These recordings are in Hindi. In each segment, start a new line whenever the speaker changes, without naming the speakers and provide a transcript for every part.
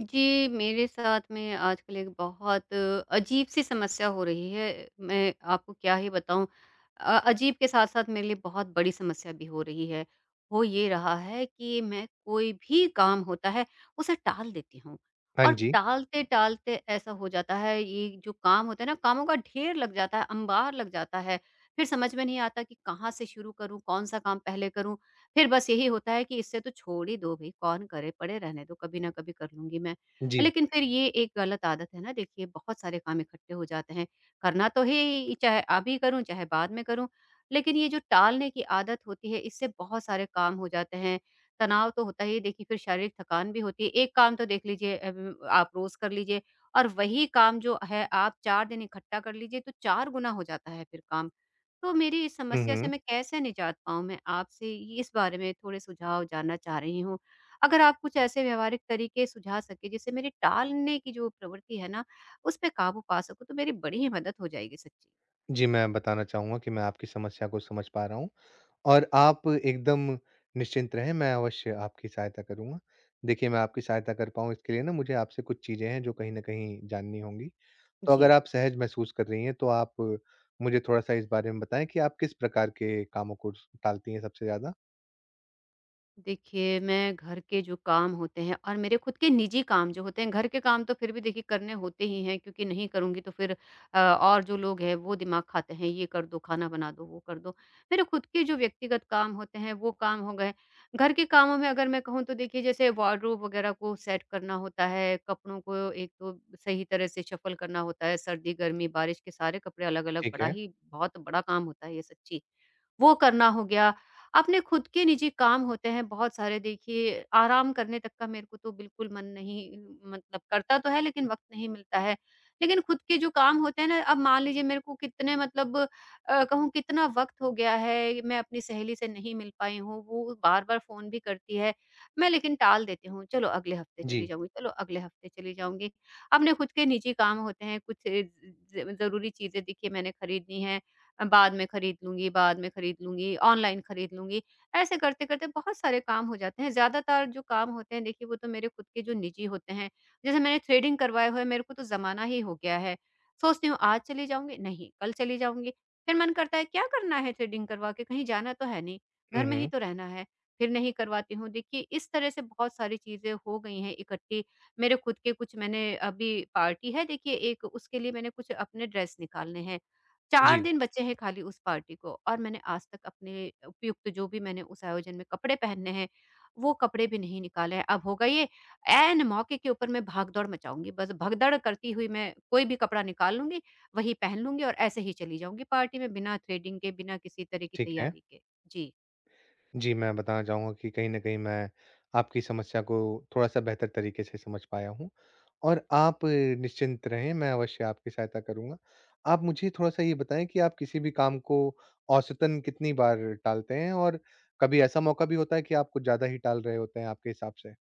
जी, मेरे साथ में आजकल एक बहुत अजीब-सी समस्या हो रही है। मैं आपको क्या ही बताऊँ अजीब के साथ-साथ मेरे लिए बहुत बड़ी समस्या भी हो रही है। हो ये रहा है कि मैं कोई भी काम होता है, उसे टाल देती हूँ
हाँ
और
जी।
टालते-टालते ऐसा हो जाता है ये जो काम होता है ना, कामों का ढेर लग जाता है, अंबार लग जाता है। फिर समझ में नहीं आता कि कहाँ से शुरू करूँ, कौन-सा काम पहले करूँ? फिर बस यही होता है कि इससे तो छोड़ ही दो भई, कौन करे, पड़े रहने दो, कभी ना कभी कर लूँगी मैं।
जी।
लेकिन फिर ये एक गलत आदत है ना देखिए, बहुत सारे काम इकट्ठे हो जाते हैं, करना तो है ही, चाहे अभी करूँ, चाहे बाद में करूँ, लेकिन ये जो टालने की आदत होती है, इससे बहुत सारे काम हो जाते हैं। तनाव तो होता ही है देखिए, फिर शारीरिक थकान भी होती है। एक काम तो देख लीजिए आप रोज़ कर लीजिए और वही काम जो है आप 4 दिन इकट्ठा कर लीजिए, तो 4 गुना हो जाता है फिर काम। तो मेरी इस
हुँ,
समस्या से
हुँ।
मैं कैसे निजात पाऊँ? मैं आपसे इस बारे में थोड़े सुझाव जानना चाह रही हूँ। अगर आप कुछ ऐसे व्यावहारिक तरीके सुझा सकें, जिससे मेरी टालने की जो प्रवृत्ति है ना, उस पे काबू पा सकूँ, तो मेरी बड़ी ही मदद हो जाएगी सच्ची।
जी, मैं बताना चाहूँगा कि मैं आपकी समस्या को समझ पा रहा हूँ और आप एकदम निश्चिंत रहें, मैं अवश्य आपकी सहायता करूँगा। देखिए, मैं आपकी सहायता कर पाऊँ इसके लिए ना मुझे आपसे कुछ चीज़ें हैं जो कहीं न कहीं जाननी होंगी। तो अगर
जी।
आप सहज महसूस कर रही हैं, तो आप मुझे थोड़ा-सा इस बारे में बताएँ कि आप किस प्रकार के कामों को स टालती हैं सबसे ज़्यादा?
देखिए, मैं घर के जो काम होते हैं और मेरे खुद के निजी काम जो होते हैं, घर के काम तो फिर भी देखिए करने होते ही हैं क्योंकि नहीं करूँगी तो फिर और जो लोग हैं वो दिमाग खाते हैं, ये कर दो, खाना बना दो, वो कर दो। मेरे खुद के जो व्यक्तिगत काम होते हैं वो काम हो गए। घर के कामों में अगर मैं कहूँ तो देखिए जैसे वार्डरोब वग़ैरह को सेट करना होता है, कपड़ों को एक तो सही तरह से शफ़ल करना होता है, सर्दी, गर्मी, बारिश के सारे कपड़े अलग-अलग
ठीक
बड़ा
है।
ही बहुत बड़ा काम होता है ये सच्ची। वो करना हो गया। अपने खुद के निजी काम होते हैं बहुत सारे देखिए, आराम करने तक का मेरे को तो बिल्कुल मन नहीं मतलब करता तो है लेकिन वक़्त नहीं मिलता है। लेकिन खुद के जो काम होते हैं ना, अब मान लीजिए मेरे को कितने मतलब कहूँ कितना वक़्त हो गया है, मैं अपनी सहेली से नहीं मिल पाई हूँ, वो बार-बार फ़ोन भी करती है। मैं लेकिन टाल देती हूँ, चलो अगले हफ़्ते चली
जी।
जाऊँगी, चलो अगले हफ़्ते चली जाऊँगी। अपने खुद के निजी काम होते हैं, कुछ ज़ ज़ ज़रूरी चीज़ें देखिए मैंने खरीदनी हैं। बाद में खरीद लूँगी, बाद में खरीद लूँगी, ऑनलाइन खरीद लूँगी। ऐसे करते-करते बहुत सारे काम हो जाते हैं। ज़्यादातर जो काम होते हैं देखिए वो तो मेरे खुद के जो निजी होते हैं। जैसे मैंने थ्रेडिंग करवाए हुए मेरे को तो ज़माना ही हो गया है। सोचती हूँ आज चली जाऊँगी, नहीं कल चली जाऊँगी। फिर मन करता है क्या करना है थ्रेडिंग करवा के, कहीं जाना तो है नहीं, घर
हुँ,
में ही
हुँ।
तो रहना है। फिर नहीं करवाती हूँ। देखिए इस तरह से बहुत सारी चीज़ें हो गई हैं इकट्ठी। मेरे खुद के कुछ मैंने अभी पार्टी है देखिए एक उसके लिए मैंने कुछ अपने ड्रेस निकालने हैं। 4
जी,
दिन बचे हैं खाली उस पार्टी को और मैंने आज तक अपने उपयुक्त जो भी मैंने उस आयोजन में कपड़े पहनने हैं, वो कपड़े भी नहीं निकाले हैं। अब होगा ये ऐन मौके के ऊपर मैं भाग-दौड़ मचाऊँगी, बस भगदड़ करती हुई मैं कोई भी कपड़ा निकाल लूँगी, वही पहन लूँगी और ऐसे ही चली जाऊँगी पार्टी में बिना थ्रेडिंग के, बिना किसी तरह की
ठीक है।
तैयारी के। जी।
जी, मैं बताना चाहूँगा कि कहीं न कहीं मैं आपकी समस्या को थोड़ा-सा बेहतर तरीके से समझ पाया हूँ और आप निश्चिंत रहें, मैं अवश्य आपकी सहायता करूँगा। आप मुझे थोड़ा-सा ये बताएँ कि आप किसी भी काम को औसतन कितनी बार टालते हैं? और कभी ऐसा मौका भी होता है कि आप कुछ ज़्यादा ही टाल रहे होते हैं आपके हिसाब से?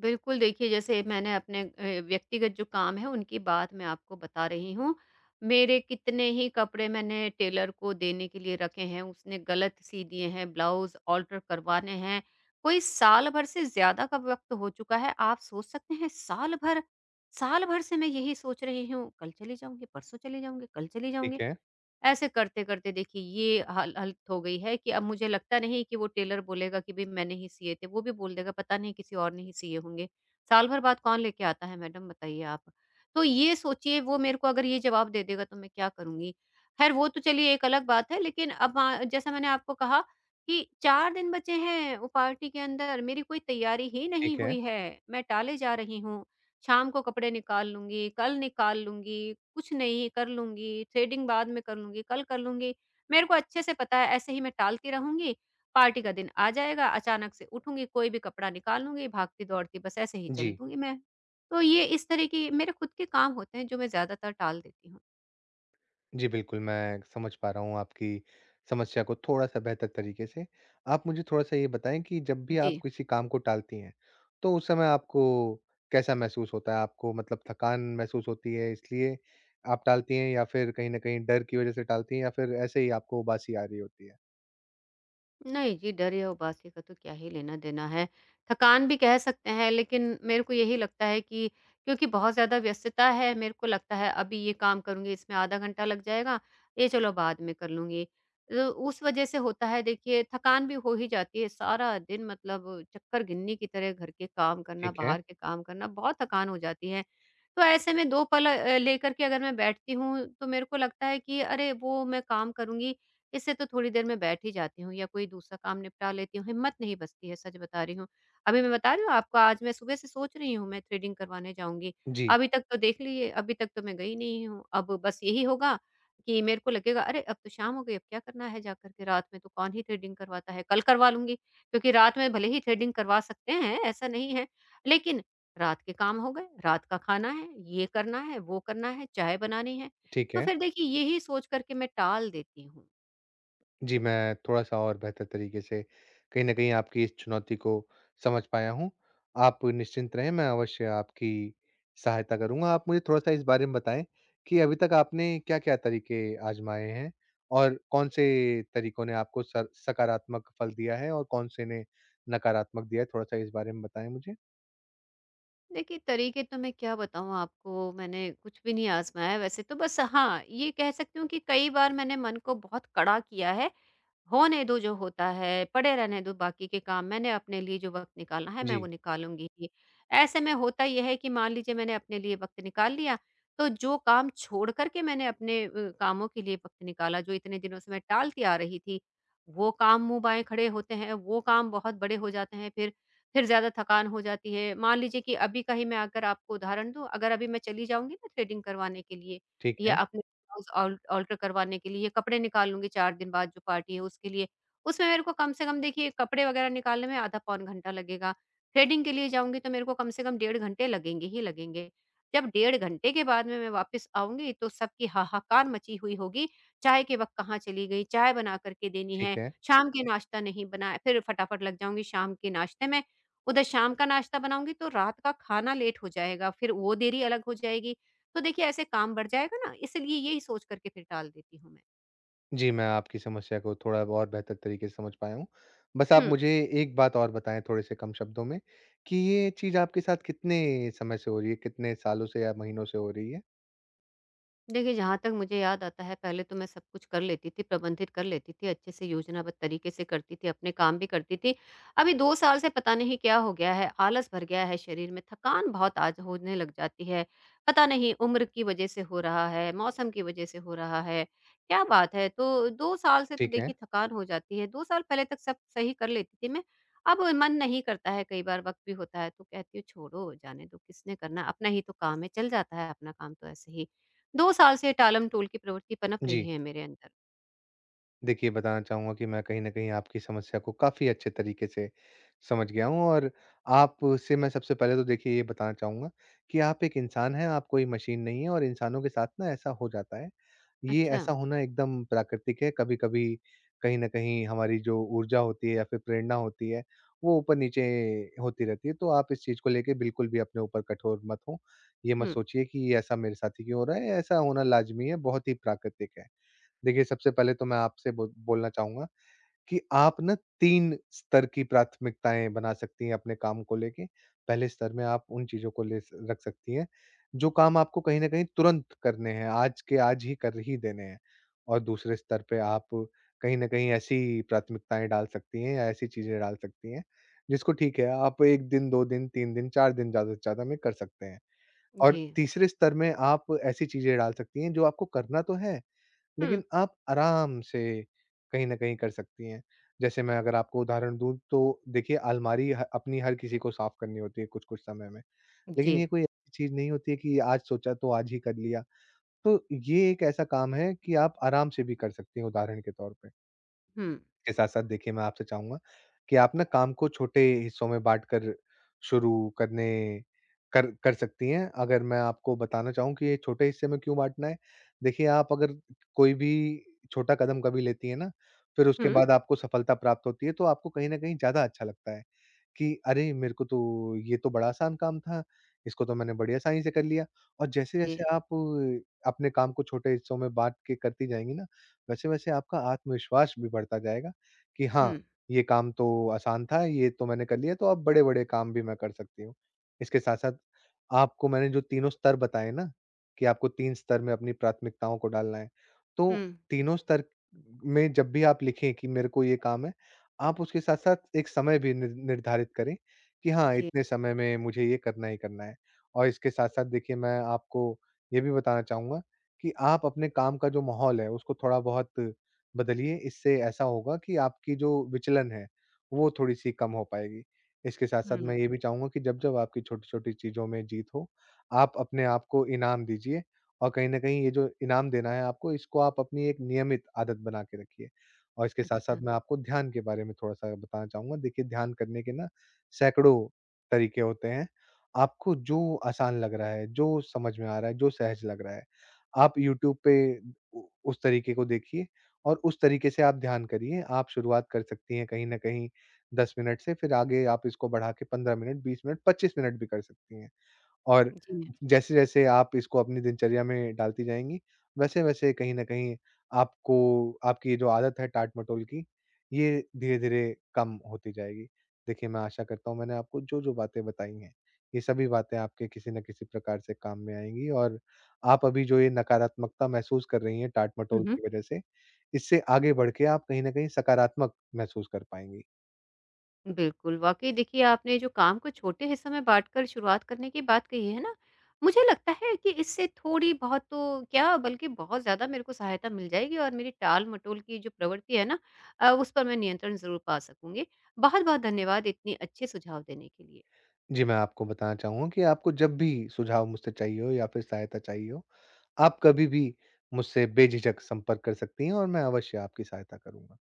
बिल्कुल, देखिए जैसे मैंने अपने व्यक्तिगत जो काम है उनकी बात मैं आपको बता रही हूँ। मेरे कितने ही कपड़े मैंने टेलर को देने के लिए रखे हैं, उसने गलत सी दिए हैं, ब्लाउज़ ऑल्टर करवाने हैं। कोई साल भर से ज़्यादा का वक़्त हो चुका है, आप सोच सकते हैं साल भर! साल भर से मैं यही सोच रही हूँ, कल चली जाऊँगी, परसों चली जाऊँगी, कल चली जाऊँगी।
ठीक है,
ऐसे करते-करते देखिए ये हालत हो गई है कि अब मुझे लगता नहीं कि वो टेलर बोलेगा कि भई मैंने ही सिए थे, वो भी बोल देगा पता नहीं किसी और ने ही सिए होंगे। साल भर बाद कौन लेके आता है मैडम बताइए आप? तो ये सोचिए वो मेरे को अगर ये जवाब दे देगा तो मैं क्या करूँगी? ख़ैर वो तो चलिए एक अलग बात है लेकिन अब जैसा मैंने आपको कहा कि 4 दिन बचे हैं वो पार्टी के अंदर, मेरी कोई तैयारी ही नहीं
ठीक है।
हुई है, मैं टाले जा रही हूँ। शाम को कपड़े निकाल लूँगी, कल निकाल लूँगी, कुछ नहीं कर लूँगी, थ्रेडिंग बाद में कर लूँगी, कल कर लूँगी। मेरे को अच्छे से पता है ऐसे ही मैं टालती रहूँगी, पार्टी का दिन आ जाएगा, अचानक से उठूँगी, कोई भी कपड़ा निकाल लूँगी, भागती-दौड़ती बस ऐसे ही चल
जी।
दूँगी मैं। तो ये इस तरह की मेरे खुद के काम होते हैं जो मैं ज़्यादातर टाल देती हूँ।
जी, बिल्कुल, मैं समझ पा रहा हूँ आपकी समस्या को थोड़ा-सा बेहतर तरीके से। आप मुझे थोड़ा-सा ये बताएँ कि जब भी आप
जी।
किसी काम को टालती हैं, तो उस समय आपको कैसा महसूस होता है? आपको मतलब थकान महसूस होती है, इसलिए आप टालती हैं, या फिर कहीं न कहीं डर की वज़ह से टालती हैं, या फिर ऐसे ही आपको उबासी आ रही होती है?
नहीं जी, डर या उबासी का तो क्या ही लेना-देना है। थकान भी कह सकते हैं लेकिन मेरे को यही लगता है कि क्योंकि बहुत ज़्यादा व्यस्तता है, मेरे को लगता है अभी ये काम करूँगी इसमें आधा घंटा लग जाएगा, ये चलो बाद में कर लूँगी। तो उस वजह से होता है देखिए थकान भी हो ही जाती है, सारा दिन मतलब चक्कर गिननी की तरह घर के काम करना,
ठीक है।
बाहर के काम करना, बहुत थकान हो जाती है। तो ऐसे में 2 पल लेकर के अगर मैं बैठती हूँ तो मेरे को लगता है कि अरे! वो मैं काम करूँगी इससे तो थोड़ी देर मैं बैठ ही जाती हूँ या कोई दूसरा काम निपटा लेती हूँ, हिम्मत नहीं बचती है, सच बता रही हूँ। अभी मैं बता रही हूँ आपको आज मैं सुबह से सोच रही हूँ मैं थ्रेडिंग करवाने जाऊँगी,
जी,
अभी तक तो देख लीजिए अभी तक तो मैं गई नहीं हूँ। अब बस यही होगा कि मेरे को लगेगा अरे! अब तो शाम हो गई, अब क्या करना है जाकर के रात में तो कौन ही थ्रेडिंग करवाता है, कल करवा लूँगी। क्योंकि रात में भले ही थ्रेडिंग करवा सकते हैं, ऐसा नहीं है, लेकिन रात के काम हो गए, रात का खाना है, ये करना है, वो करना है, चाय बनानी है।
ठीक
तो
है।
फिर देखिए यही सोच कर के मैं टाल देती हूँ।
जी, मैं थोड़ा-सा और बेहतर तरीके से कहीं न कहीं आपकी इस चुनौती को समझ पाया हूँ। आप निश्चिंत रहें, मैं अवश्य आपकी सहायता करूँगा। आप मुझे थोड़ा-सा इस बारे में बताएँ कि अभी तक आपने क्या-क्या तरीके आज़माए हैं? और कौन-से तरीकों ने आपको सर सकारात्मक फल दिया है और कौन से ने नकारात्मक दिया है? थोड़ा-सा इस बारे में बताएँ मुझे।
देखिए, तरीके तो मैं क्या बताऊँ आपको, मैंने कुछ भी नहीं आज़माया वैसे तो बस हाँ, ये कह सकती हूँ कि कई बार मैंने मन को बहुत कड़ा किया है होने दो जो होता है, पड़े रहने दो बाकी के काम, मैंने अपने लिए जो वक़्त निकालना है, मैं वो
जी,
निकालूँगी ही। ऐसे में होता ये है कि मान लीजिए मैंने अपने लिए वक़्त निकाल लिया, तो जो काम छोड़ कर के मैंने अपने कामों के लिए वक़्त निकाला, जो इतने दिनों से मैं टालती आ रही थी, वो काम मुँह बाएँ खड़े होते हैं, वो काम बहुत बड़े हो जाते हैं फिर। फिर ज़्यादा थकान हो जाती है। मान लीजिए कि अभी का ही मैं अगर आपको उदाहरण दूँ, अगर अभी मैं चली जाऊँगी ना थ्रेडिंग करवाने के लिए
ठीक
या
है,
अपने ब्लाउज़ ऑल ऑल्टर करवाने के लिए, कपड़े निकाल लूँगी 4 दिन बाद जो पार्टी है उसके लिए। उसमें मेरे को कम से कम देखिए कपड़े वगैरह निकालने में आधा पौन घंटा लगेगा। थ्रेडिंग के लिए जाऊँगी तो मेरे को कम से कम डेढ़ घंटे लगेंगे ही लगेंगे। जब डेढ़ घंटे के बाद में मैं वापस आऊँगी तो सबकी हाहाकार मची हुई होगी, चाय के वक़्त कहाँ चली गई, चाय बना कर के देनी है,
ठीक है।
शाम के नाश्ता नहीं बनाया फिर फटाफट लग जाऊँगी शाम के नाश्ते में। उधर शाम का नाश्ता बनाऊँगी तो रात का खाना लेट हो जाएगा, फिर वो देरी अलग हो जाएगी। तो देखिए ऐसे काम बढ़ जाएगा ना इसलिए यही सोच करके फिर टाल देती हूँ मैं।
जी, मैं आपकी समस्या को थोड़ा और बेहतर तरीके से समझ पाया हूँ। बस आप
हुँ।
मुझे एक बात और बताएँ थोड़े-से कम शब्दों में कि ये चीज़ आपके साथ कितने समय से हो रही है? कितने सालों से या महीनों से हो रही है?
देखिए, जहाँ तक मुझे याद आता है पहले तो मैं सब कुछ कर लेती थी, प्रबंधित कर लेती थी, अच्छे से योजनाबद्ध तरीके से करती थी, अपने काम भी करती थी। अभी 2 साल से पता नहीं क्या हो गया है, आलस भर गया है शरीर में, थकान बहुत आज होने लग जाती है। पता नहीं उम्र की वज़ह से हो रहा है, मौसम की वज़ह से हो रहा है, क्या बात है? तो 2 साल से तो
ठीक है।
देखिए थकान हो जाती है, 2 साल पहले तक सब सही कर लेती थी मैं, अब मन नहीं करता है, कई बार वक़्त भी होता है तो कहती हूँ छोड़ो, जाने दो किसने करना, अपना ही तो काम है, चल जाता है अपना काम तो ऐसे ही। 2 साल से टालम-टोल की प्रवृत्ति पनप रही
जी।
है मेरे अंदर।
देखिए, बताना चाहूँगा कि मैं कहीं न कहीं आपकी समस्या को काफ़ी अच्छे तरीके से समझ गया हूँ और आपसे मैं सबसे पहले तो देखिए ये बताना चाहूँगा कि आप एक इंसान हैं, आप कोई मशीन नहीं हैं, और इंसानों के साथ ना ऐसा हो जाता है। ये
अच्छा।
ऐसा होना एकदम प्राकृतिक है, कभी-कभी कहीं न कहीं हमारी जो ऊर्जा होती है या फिर प्रेरणा होती है, वो ऊपर-नीचे होती रहती है, तो आप इस चीज़ को लेके बिल्कुल भी अपने ऊपर कठोर मत हों। ये मत
हुँ।
सोचिए कि ये ऐसा मेरे साथ ही क्यों हो रहा है, ऐसा होना लाज़मी है, बहुत ही प्राकृतिक है। देखिए, सबसे पहले तो मैं आपसे बो बोलना चाहूँगा कि आप ना 3 स्तर की प्राथमिकताएँ बना सकती हैं अपने काम को लेके। पहले स्तर में आप उन चीज़ों को ले स रख सकती हैं, जो काम आपको कहीं न कहीं तुरंत करने हैं, आज के आज ही कर ही देने हैं। और दूसरे स्तर पे आप कहीं न कहीं ऐसी प्राथमिकताएँ डाल सकती हैं या ऐसी चीज़ें डाल सकती हैं, जिसको ठीक है, आप 1 दिन, 2 दिन, 3 दिन, 4 दिन ज़्यादा से ज़्यादा में कर सकते हैं। और
जी।
तीसरे स्तर में आप ऐसी चीज़ें डाल सकती हैं, जो आपको करना तो है
हुँ।
लेकिन आप आराम से कहीं न कहीं कर सकती हैं। जैसे मैं अगर आपको उदाहरण दूँ, तो देखिए अलमारी ह अपनी हर किसी को साफ़ करनी होती है कुछ-कुछ समय में।
जी।
लेकिन ये कोई ऐसी चीज़ नहीं होती है कि आज सोचा तो आज ही कर लिया। तो ये एक ऐसा काम है कि आप आराम से भी कर सकती हैं उदाहरण के तौर पे।
हुँ।
इसके साथ-साथ देखिए मैं आपसे चाहूँगा कि आप ना काम को छोटे हिस्सों में बाँटकर शुरू करने कर कर सकती हैं। अगर मैं आपको बताना चाहूँ कि ये छोटे हिस्से में क्यों बाँटना है? देखिए, आप अगर कोई भी छोटा कदम कभी लेती हैं ना, फिर उसके
हुँ।
बाद आपको सफलता प्राप्त होती है, तो आपको कहीं न कहीं ज़्यादा अच्छा लगता है। कि अरे! मेरे को तो ये तो बड़ा आसान काम था, इसको तो मैंने बड़ी आसानी से कर लिया। और
जी।
जैसे-जैसे आप अपने काम को छोटे हिस्सों में बाँट के करती जाएँगी ना, वैसे-वैसे आपका आत्मविश्वास भी बढ़ता जाएगा कि हाँ,
हुँ।
ये काम तो आसान था, ये तो मैंने कर लिया, तो अब बड़े-बड़े काम भी मैं कर सकती हूँ। इसके साथ-साथ आपको मैंने जो तीनों स्तर बताए ना, कि आपको 3 स्तर में अपनी प्राथमिकताओं को डालना है,
हुँ।
तो तीनों स्तर में जब भी आप लिखें कि मेरे को ये काम है, आप उसके साथ-साथ एक समय भी निर्धारित करें कि हाँ,
जी।
इतने समय में मुझे ये करना ही करना है। और इसके साथ-साथ देखिए मैं आपको ये भी बताना चाहूँगा कि आप अपने काम का जो माहौल है उसको थोड़ा-बहुत बदलिए। इससे ऐसा होगा कि आपकी जो विचलन है, वो थोड़ी-सी कम हो पाएगी। इसके साथ-साथ
हुँ।
मैं ये भी चाहूँगा कि जब-जब आपकी छोटी-छोटी चीज़ों में जीत हो, आप अपने आप को इनाम दीजिए, और कहीं न कहीं ये जो इनाम देना है आपको, इसको आप अपनी एक नियमित आदत बना के रखिए। और इसके साथ-साथ
अच्छा।
मैं आपको ध्यान के बारे में थोड़ा-सा बताना चाहूँगा। देखिए, ध्यान करने के ना सैकड़ों तरीके होते हैं। आपको जो आसान लग रहा है, जो समझ में आ रहा है, जो सहज लग रहा है, आप यूट्यूब पे उ उस तरीके को देखिए और उस तरीके से आप ध्यान करिए। आप शुरुआत कर सकती हैं कहीं न कहीं 10 मिनट से, फिर आगे आप इसको बढ़ा के 15 मिनट, 20 मिनट, 25 मिनट भी कर सकती हैं। और
जी।
जैसे-जैसे आप इसको अपनी दिनचर्या में डालती जाएँगी, वैसे-वैसे कहीं न कहीं आपको आपकी ये जो आदत है टाट-मटोल की, ये धीरे-धीरे कम होती जाएगी। देखिए, मैं आशा करता हूँ मैंने आपको जो-जो बातें बताई हैं, ये सभी बातें आपके किसी न किसी प्रकार से काम में आएँगी, और आप अभी जो ये नकारात्मकता महसूस कर रही हैं
हुँ।
टाट-मटोल
हुँ।
की वजह से, इससे आगे बढ़ के आप कहीं न कहीं सकारात्मक महसूस कर पाएँगी।
बिल्कुल, वाक़ई देखिए आपने जो काम को छोटे हिस्सों में बाँटकर शुरुआत करने की बात कही है ना, मुझे लगता है कि इससे थोड़ी-बहुत तो क्या बल्कि बहुत ज़्यादा मेरे को सहायता मिल जाएगी और मेरी टाल-मटोल की जो प्रवृत्ति है ना उस पर मैं नियंत्रण ज़रूर पा सकूँगी। बहुत-बहुत धन्यवाद इतने अच्छे सुझाव देने के लिए।
जी, मैं आपको बताना चाहूँगा कि आपको जब भी सुझाव मुझसे चाहिए हो या फिर सहायता चाहिए हो, आप कभी भी मुझसे बेझिझक संपर्क कर सकती हैं और मैं अवश्य आपकी सहायता करूँगा।